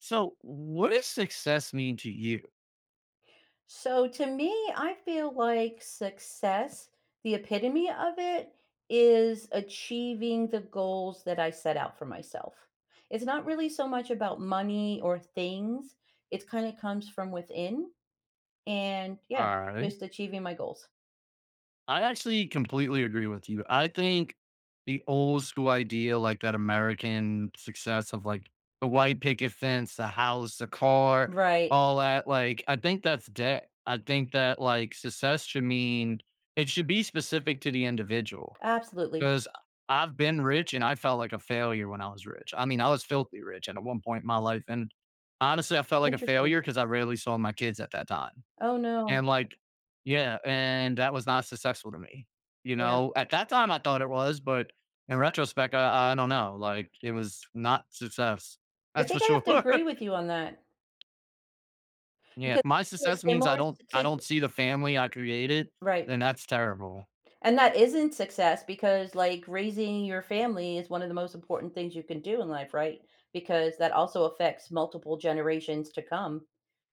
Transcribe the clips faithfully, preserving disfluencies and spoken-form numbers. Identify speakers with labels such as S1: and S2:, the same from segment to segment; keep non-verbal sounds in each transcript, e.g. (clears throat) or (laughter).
S1: So, what does success mean to you?
S2: So to me, I feel like success, the epitome of it, is achieving the goals that I set out for myself. It's not really so much about money or things, it kind of comes from within. And yeah,
S1: All right.
S2: just achieving my goals.
S1: I actually completely agree with you. I think the old school idea, like that American success of like the white picket fence, the house, the car,
S2: Right.
S1: all that, like, I think that's dead. I think that like success should mean it should be specific to the individual
S2: Absolutely.
S1: because I've been rich and I felt like a failure when I was rich. I mean, I was filthy rich at one point in my life. And honestly, I felt like a
S2: Interesting.
S1: failure because I rarely saw my kids at that time.
S2: Oh, no.
S1: And, like yeah, and that was not successful to me, you
S2: Yeah.
S1: know? At that time, I thought it was, but in retrospect, I I don't know, like, it was not success.
S2: I
S1: That's for
S2: think I
S1: sure.
S2: have to
S1: (laughs)
S2: agree with you on that
S1: Yeah,
S2: because
S1: my
S2: in a
S1: success means
S2: similar
S1: I don't I
S2: situation.
S1: don't see the family I created,
S2: Right.
S1: then that's terrible.
S2: And that isn't success because, like, raising your family is one of the most important things you can do in life, right? Because that also affects multiple generations to come.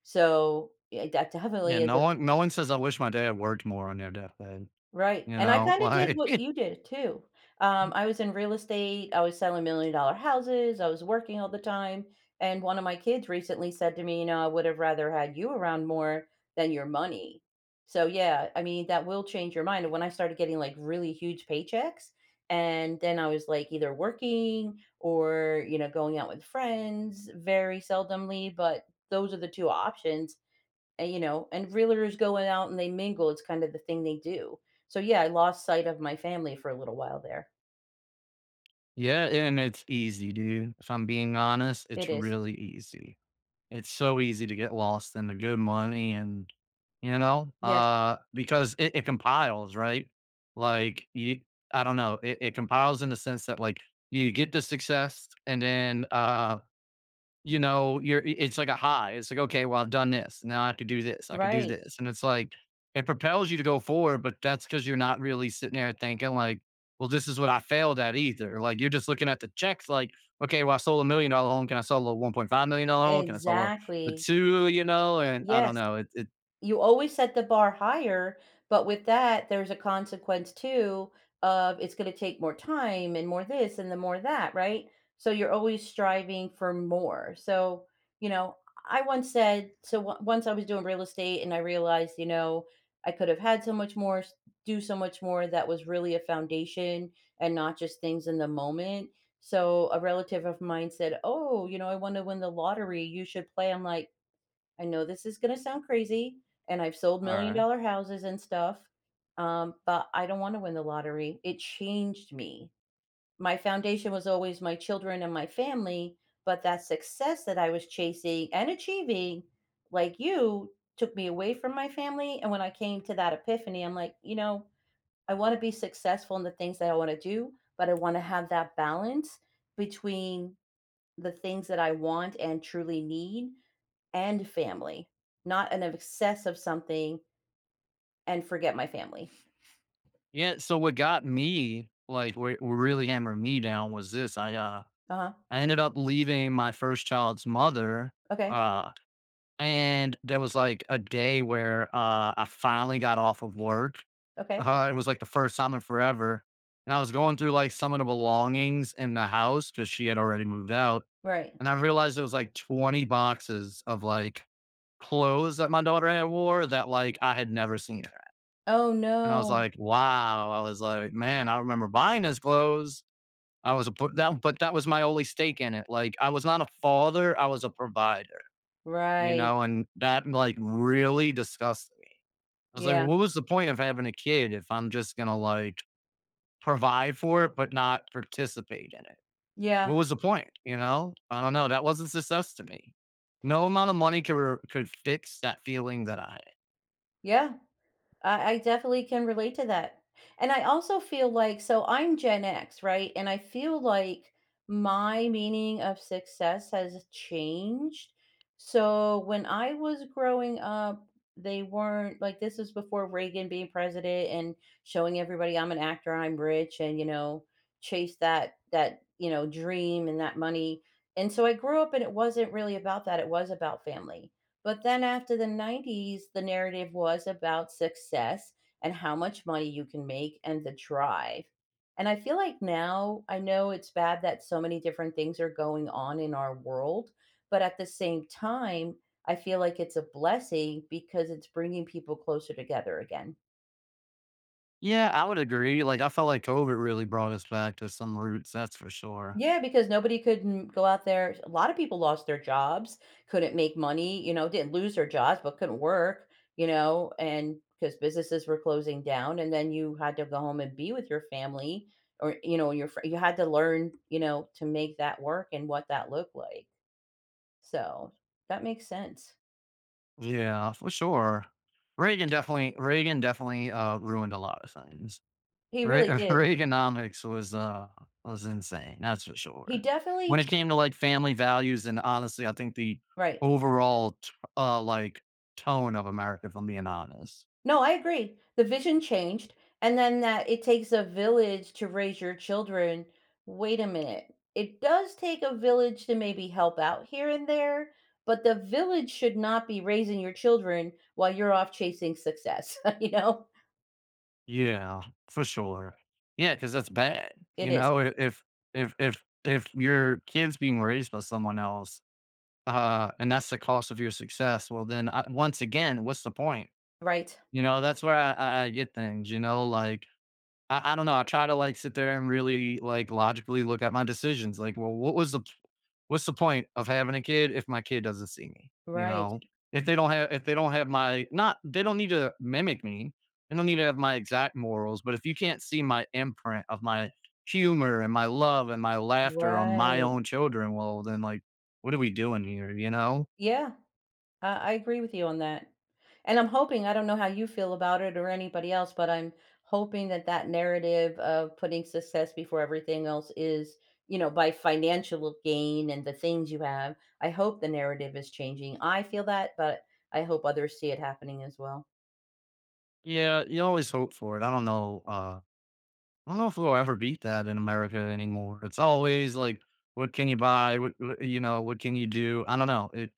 S2: So, yeah, that
S1: Yeah,
S2: definitely is
S1: no
S2: a
S1: one no one says, "I wish my dad worked more on their deathbed,"
S2: Right,
S1: you
S2: and I
S1: know? (laughs)
S2: kinda did what
S1: Like
S2: you did too. Um,
S1: Mm.
S2: I was in real estate, I was selling million-dollar houses, I was working all the time, and one of my kids recently said to me, you know, "I would have rather had you around more than your money." So, yeah, I mean, that will change your mind, and when I started getting, like, really huge paychecks, and then I was, like, either working or, you know, going out with friends very seldomly, but those are the two options, and, you know, and realtors going out and they mingle. It's kind of the thing they do. So yeah, I lost sight of my family for a little while there.
S1: Yeah, and it's easy, dude. If I'm being honest,
S2: It
S1: it's
S2: is.
S1: really easy. It's so easy to get lost in the good money and you know,
S2: Yes.
S1: uh, because it, it compiles, right? Like you I don't know, it, it compiles in the sense that like you get the success and then uh you know, you're it's like a high. It's like, "Okay, well, I've done this. Now I have to do this. I could do
S2: Right.
S1: this." And it's like, it propels you to go forward, but that's because 'cause you're not really sitting there thinking like, "Well, this is what I failed at either." Like, you're just looking at the checks like, "Okay, well, I sold a one million dollar home. Can I sell a one point five million dollar home? Can I sell a a
S2: Exactly.
S1: two," you know? And I don't
S2: Yes.
S1: know. It it
S2: You always set the bar higher, but with that, there's a consequence too of it's gonna take more time and more this and the more that, right? So you're always striving for more. So, you know, I once said so on once I was doing real estate and I realized, you know, I could have had so much more, s do so much more that was really a foundation and not just things in the moment. So a relative of mine said, "Oh, you know, I wanna win the lottery, you should play." I'm like I know this is gonna sound crazy, and I've sold
S1: Alright.
S2: million-dollar houses and stuff, um, but I don't wanna win the lottery. It changed me. My foundation was always my children and my family, but that success that I was chasing and achieving, like you, took me away from my family, and when I came to that epiphany, I'm like, "You know, I wanna be successful in the things that I wanna do, but I wanna have that balance between the things that I want and truly need and family, not an excess of something and forget my family.
S1: Yeah, so what got me, like, where what really hammered me down was this. I, uh
S2: Uh-huh.
S1: I ended up leaving my first child's mother,
S2: Okay.
S1: uh and there was, like, a day where, uh, I finally got off of work.
S2: Okay.
S1: Uh, it was, like, the first time in forever, and I was going through, like, some of the belongings in the house because she had already moved out,
S2: Right.
S1: and I realized there was, like, twenty boxes of, like, clothes that my daughter had wore that, like, I had never seen her.
S2: Oh,
S1: And I was
S2: no.
S1: like, "Wow." I was like, "Man, I remember buying his clothes." I was a put that but that was my only stake in it. Like, I was not a father, I was a provider. You
S2: Right.
S1: know, and that, like, really disgusted me. I was like,
S2: Yeah.
S1: "What was the point of having a kid if I'm just gonna, like, provide for it but not participate in it? What
S2: Yeah.
S1: was the point?" You know? I don't know, that wasn't success to me. No amount of money could r could fix that feeling that I had.
S2: Yeah. I I definitely can relate to that. And I also feel like so I'm Gen X, right? And I feel like my meaning of success has changed. So when I was growing up, they weren't like this was before Reagan being president and showing everybody I'm an actor, I'm rich and you know, chase that that, you know, dream and that money. And so I grew up and it wasn't really about that. It was about family. But then after the nineties, the narrative was about success and how much money you can make and the drive. And I feel like now I know it's bad that so many different things are going on in our world, but at the same time, I feel like it's a blessing because it's bringing people closer together again.
S1: Yeah, I would agree, like, I felt like COVID really brought us back to some roots, that's for sure.
S2: Yeah, because nobody could n- go out there. A lot of people lost their jobs, couldn't make money, you know, didn't lose their jobs, but couldn't work, you know, and because businesses were closing down. And then you had to go home and be with your family or, you know, your, fr- you had to learn, you know, to make that work and what that looked like. So that makes sense.
S1: Yeah, for sure. Reagan definitely Reagan definitely, uh, ruined a lot of things.
S2: He
S1: Re- (laughs)
S2: really did.
S1: Reaganomics was uh was insane, that's for
S2: He
S1: sure.
S2: definitely,
S1: When it
S2: ch-
S1: came to like family values, and honestly, I think the
S2: right.
S1: overall t- uh like tone of America, if I'm being honest.
S2: No, I agree. The vision changed, and then that it takes a village to raise your children. Wait a minute. It does take a village to maybe help out here and there, but the village should not be raising your children while you're off chasing success, (laughs) you know?
S1: Yeah, for sure. Yeah, because that's bad.
S2: It
S1: You
S2: is.
S1: know, i- if if if if your kid's being raised by someone else, uh, and that's the cost of your success, well, then I, once again, what's the point?
S2: Right.
S1: You know, that's where I, I, I get things. You know, like I I don't know, I try to, like, sit there and really, like, logically look at my decisions, like, well, what was the what's the point of having a kid if my kid doesn't see me, you
S2: Right.
S1: know? If they don't have if they don't have my not they don't need to mimic me, they don't need to have my exact morals, but if you can't see my imprint of my humor and my love and my laughter on my
S2: Right.
S1: own children, well, then, like, what are we doing here, you know?
S2: Yeah. I I agree with you on that. And I'm hoping, I don't know how you feel about it or anybody else, but I'm hoping that that narrative of putting success before everything else is, you know, by financial gain and the things you have. I hope the narrative is changing. I feel that, but I hope others see it happening as well.
S1: Yeah, you always hope for it, I don't know, uh I don't know if we'll ever beat that in America anymore. It's always like, what can you buy? What, what- you know, what can you do? I don't know. It,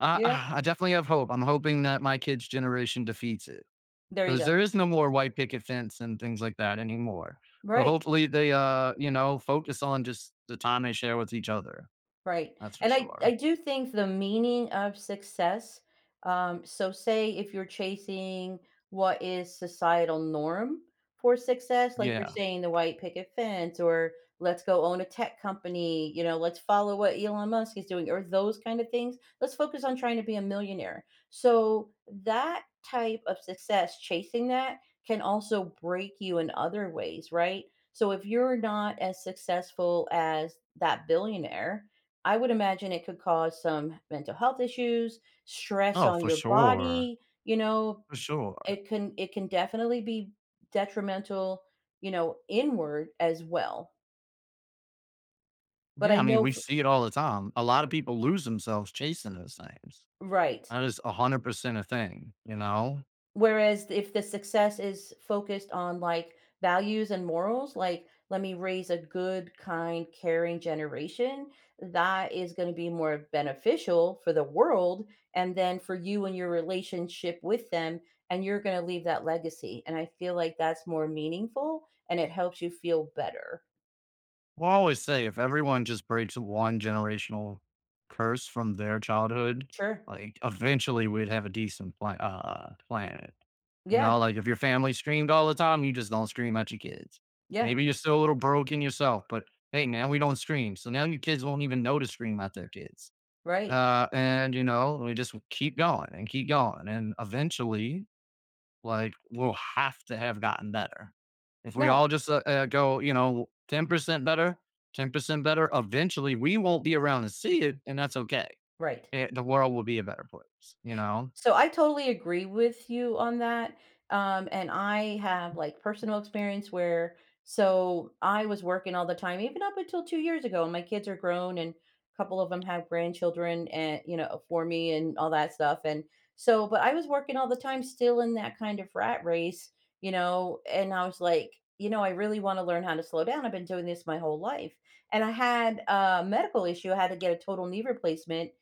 S1: I,
S2: Yeah.
S1: I I definitely have hope. I'm hoping that my kids' generation defeats it
S2: There you
S1: because
S2: go.
S1: there is no more white picket fence and things like that anymore. So
S2: Right.
S1: hopefully they, uh, you know, focus on just the time they share with each other.
S2: Right.
S1: That's for
S2: And I I
S1: sure.
S2: do think the meaning of success, um, so say if you're chasing what is societal norm for success, like you're
S1: Yeah.
S2: saying the white picket fence or let's go own a tech company, you know, let's follow what Elon Musk is doing or those kind of things. Let's focus on trying to be a millionaire. So that type of success, chasing that can also break you in other ways, right? So if you're not as successful as that billionaire, I would imagine it could cause some mental health issues, stress
S1: Oh,
S2: on
S1: for
S2: your
S1: sure.
S2: body, you know,
S1: For sure.
S2: it can it can definitely be detrimental, you know, inward as well. But
S1: Yeah.
S2: I
S1: I mean,
S2: know
S1: we
S2: f
S1: see it all the time. A lot of people lose themselves chasing those things.
S2: right.
S1: That is one hundred percent a thing, you know?
S2: Whereas if the success is focused on like values and morals, like let me raise a good, kind, caring generation, that is going to be more beneficial for the world and then for you and your relationship with them. And you're going to leave that legacy. And I feel like that's more meaningful and it helps you feel better.
S1: Well, I always say if everyone just breaks one generational curse from their childhood,
S2: Sure.
S1: like eventually we'd have a decent pla- uh, planet. You
S2: Yeah.
S1: know, like if your family screamed all the time, you just don't scream at your kids.
S2: Yeah.
S1: Maybe you're still a little broken yourself, but hey, now we don't scream. So now your kids won't even know to scream at their kids.
S2: Right.
S1: Uh, and, you know, we just keep going and keep going. And eventually like, we'll have to have gotten better. If we
S2: No,
S1: all just uh, uh, go, you know, ten percent better, ten percent better, eventually we won't be around to see it. And that's okay.
S2: right.
S1: It, the world will be a better place, you know?
S2: So I totally agree with you on that. Um, and I have like personal experience where so I was working all the time, even up until two years ago. And my kids are grown and a couple of them have grandchildren and you know, for me and all that stuff. And so, but I was working all the time still in that kind of rat race, you know, and I was like, you know, I really want to learn how to slow down. I've been doing this my whole life. And I had a medical issue. I had to get a total knee replacement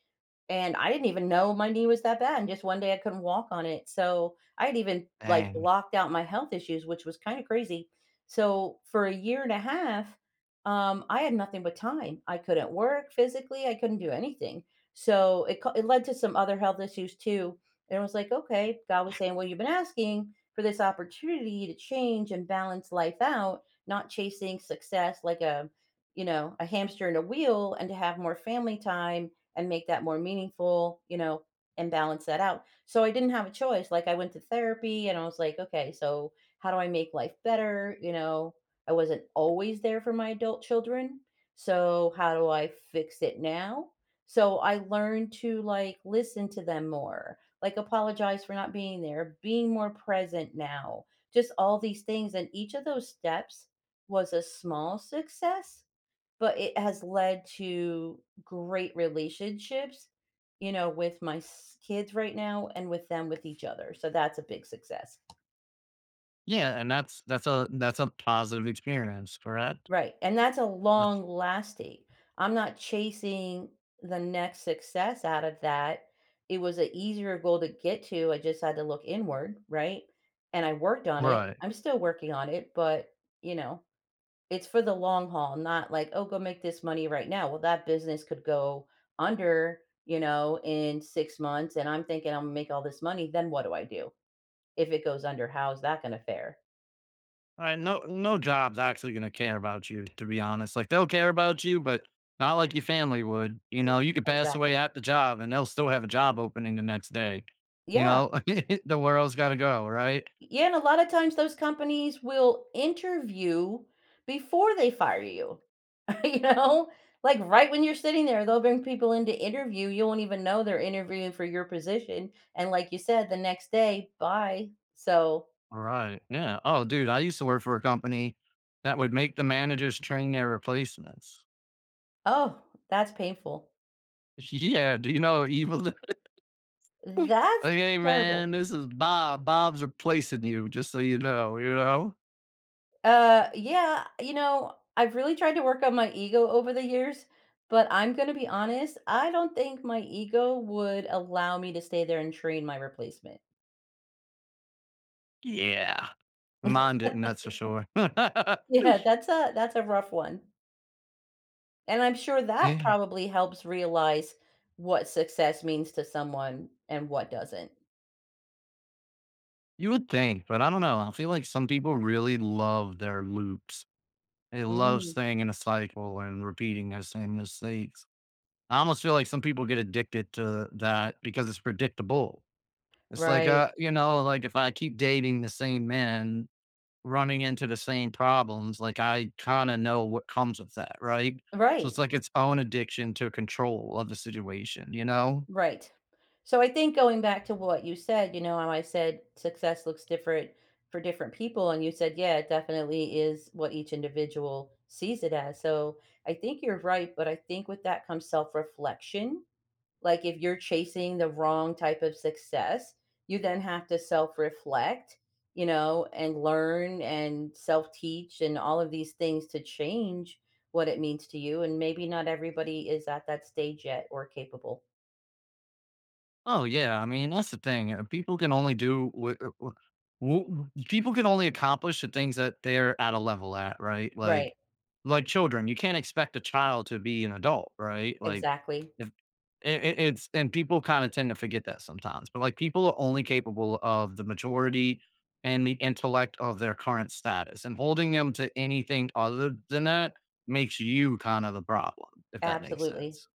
S2: and I didn't even know my knee was that bad, and just one day I couldn't walk on it, so I had even, like,
S1: And
S2: blocked out my health issues, which was kinda crazy. So, for a year and a half, um, I had nothing but time. I couldn't work physically, I couldn't do anything. So, it ca it led to some other health issues too, and it was like, "Okay," God was saying, "Well, you've been asking for this opportunity to change and balance life out, not chasing success like a, you know, a hamster in a wheel, and to have more family time and make that more meaningful, you know, and balance that out. So I didn't have a choice. Like I went to therapy and I was like, okay, so how do I make life better? You know, I wasn't always there for my adult children. So how do I fix it now? So I learned to like listen to them more, like apologize for not being there, being more present now, just all these things. And each of those steps was a small success but it has led to great relationships, you know, with my s kids right now and with them with each other, so that's a big success.
S1: yeah, and that's, that's a, that's a positive experience, correct?
S2: Right, and that's a
S1: That's
S2: long lasting. I'm not chasing the next success out of that. It was an easier goal to get to, I just had to look inward, right? And I worked on it.
S1: right.
S2: I'm still working on it, but, you know It's for the long haul, not like, "Oh, go make this money right now." Well, that business could go under, you know, in six months, and I'm thinking I'm gonna make all this money, then what do I do? If it goes under, how's that gonna fare?
S1: Right, no, no job's actually gonna care about you, to be honest. Like they'll care about you, but not like your family would. You
S2: E
S1: know, you could pass away
S2: exactly.
S1: at the job, and they'll still have a job opening the next day. You
S2: Yeah.
S1: know, (laughs) the world's gotta go, right?
S2: Yeah, and a lot of times those companies will interview before they fire you, (laughs) you know? Like, right when you're sitting there, they'll bring people in to interview, you won't even know they're interviewing for your position, and like you said, the next day, bye. So
S1: Right. Yeah. Oh, dude, I used to work for a company that would make the managers train their replacements.
S2: Oh, that's painful.
S1: Yeah. Do you know how evil? (laughs)
S2: That's
S1: okay,
S2: terrible.
S1: man, this is Bob. Bob's replacing you, just so you know. You know.
S2: Uh, yeah, you know, I've really tried to work on my ego over the years, but I'm gonna be honest, I don't think my ego would allow me to stay there and train my replacement. (laughs)
S1: Yeah. Mine didn't. That's for sure. (laughs)
S2: Yeah, that's a that's a rough one. And I'm sure that
S1: yeah.
S2: probably helps realize what success means to someone and what doesn't.
S1: You would think, but I don't know. I feel like some people really love their loops. They love
S2: Mm.
S1: staying in a cycle and repeating the same mistakes. I almost feel like some people get addicted to that because it's predictable. It's like,
S2: Right.
S1: uh, you know, like if I keep dating the same man, running into the same problems, like I kind of know what comes with that, right? So
S2: Right.
S1: it's like its own addiction to control of the situation, you know?
S2: Right. So I think going back to what you said, you know, how I said success looks different for different people. And you said, yeah, it definitely is what each individual sees it as. So I think you're right. But I think with that comes self reflection. Like if you're chasing the wrong type of success, you then have to self reflect, you know, and learn and self teach and all of these things to change what it means to you. And maybe not everybody is at that stage yet or capable.
S1: Oh yeah, I mean that's the thing. uh, People can only do what people can only accomplish the things that they're at a level at, right?
S2: Right.
S1: Like, like children, you can't expect a child to be an adult, right? Like,
S2: Exactly.
S1: if it, it- it's and people kind of tend to forget that sometimes, but like people are only capable of the majority and the intellect of their current status, and holding them to anything other than that makes you kind of the problem, if that makes
S2: Absolutely.
S1: sense.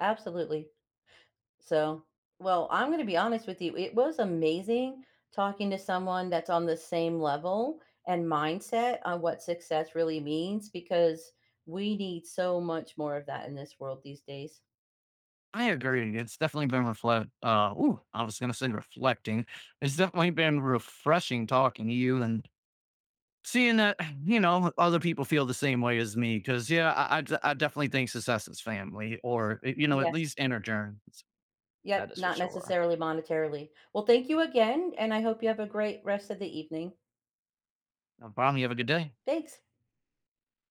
S2: Absolutely. So, well, I'm going to be honest with you. It was amazing talking to someone that's on the same level and mindset on what success really means because we need so much more of that in this world these days.
S1: I agree. It's definitely been reflect. Uh, ooh, I was gonna say reflecting. It's definitely been refreshing talking to you and seeing that (clears throat) you know other people feel the same way as me. Because yeah, I, I d- I definitely think success is family, or uh, you know at
S2: Yes.
S1: least inner journeys. That
S2: Yep.
S1: is for
S2: Not
S1: sure.
S2: necessarily monetarily. Well, thank you again. And I hope you have a great rest of the evening.
S1: No problem. You have a good day.
S2: Thanks.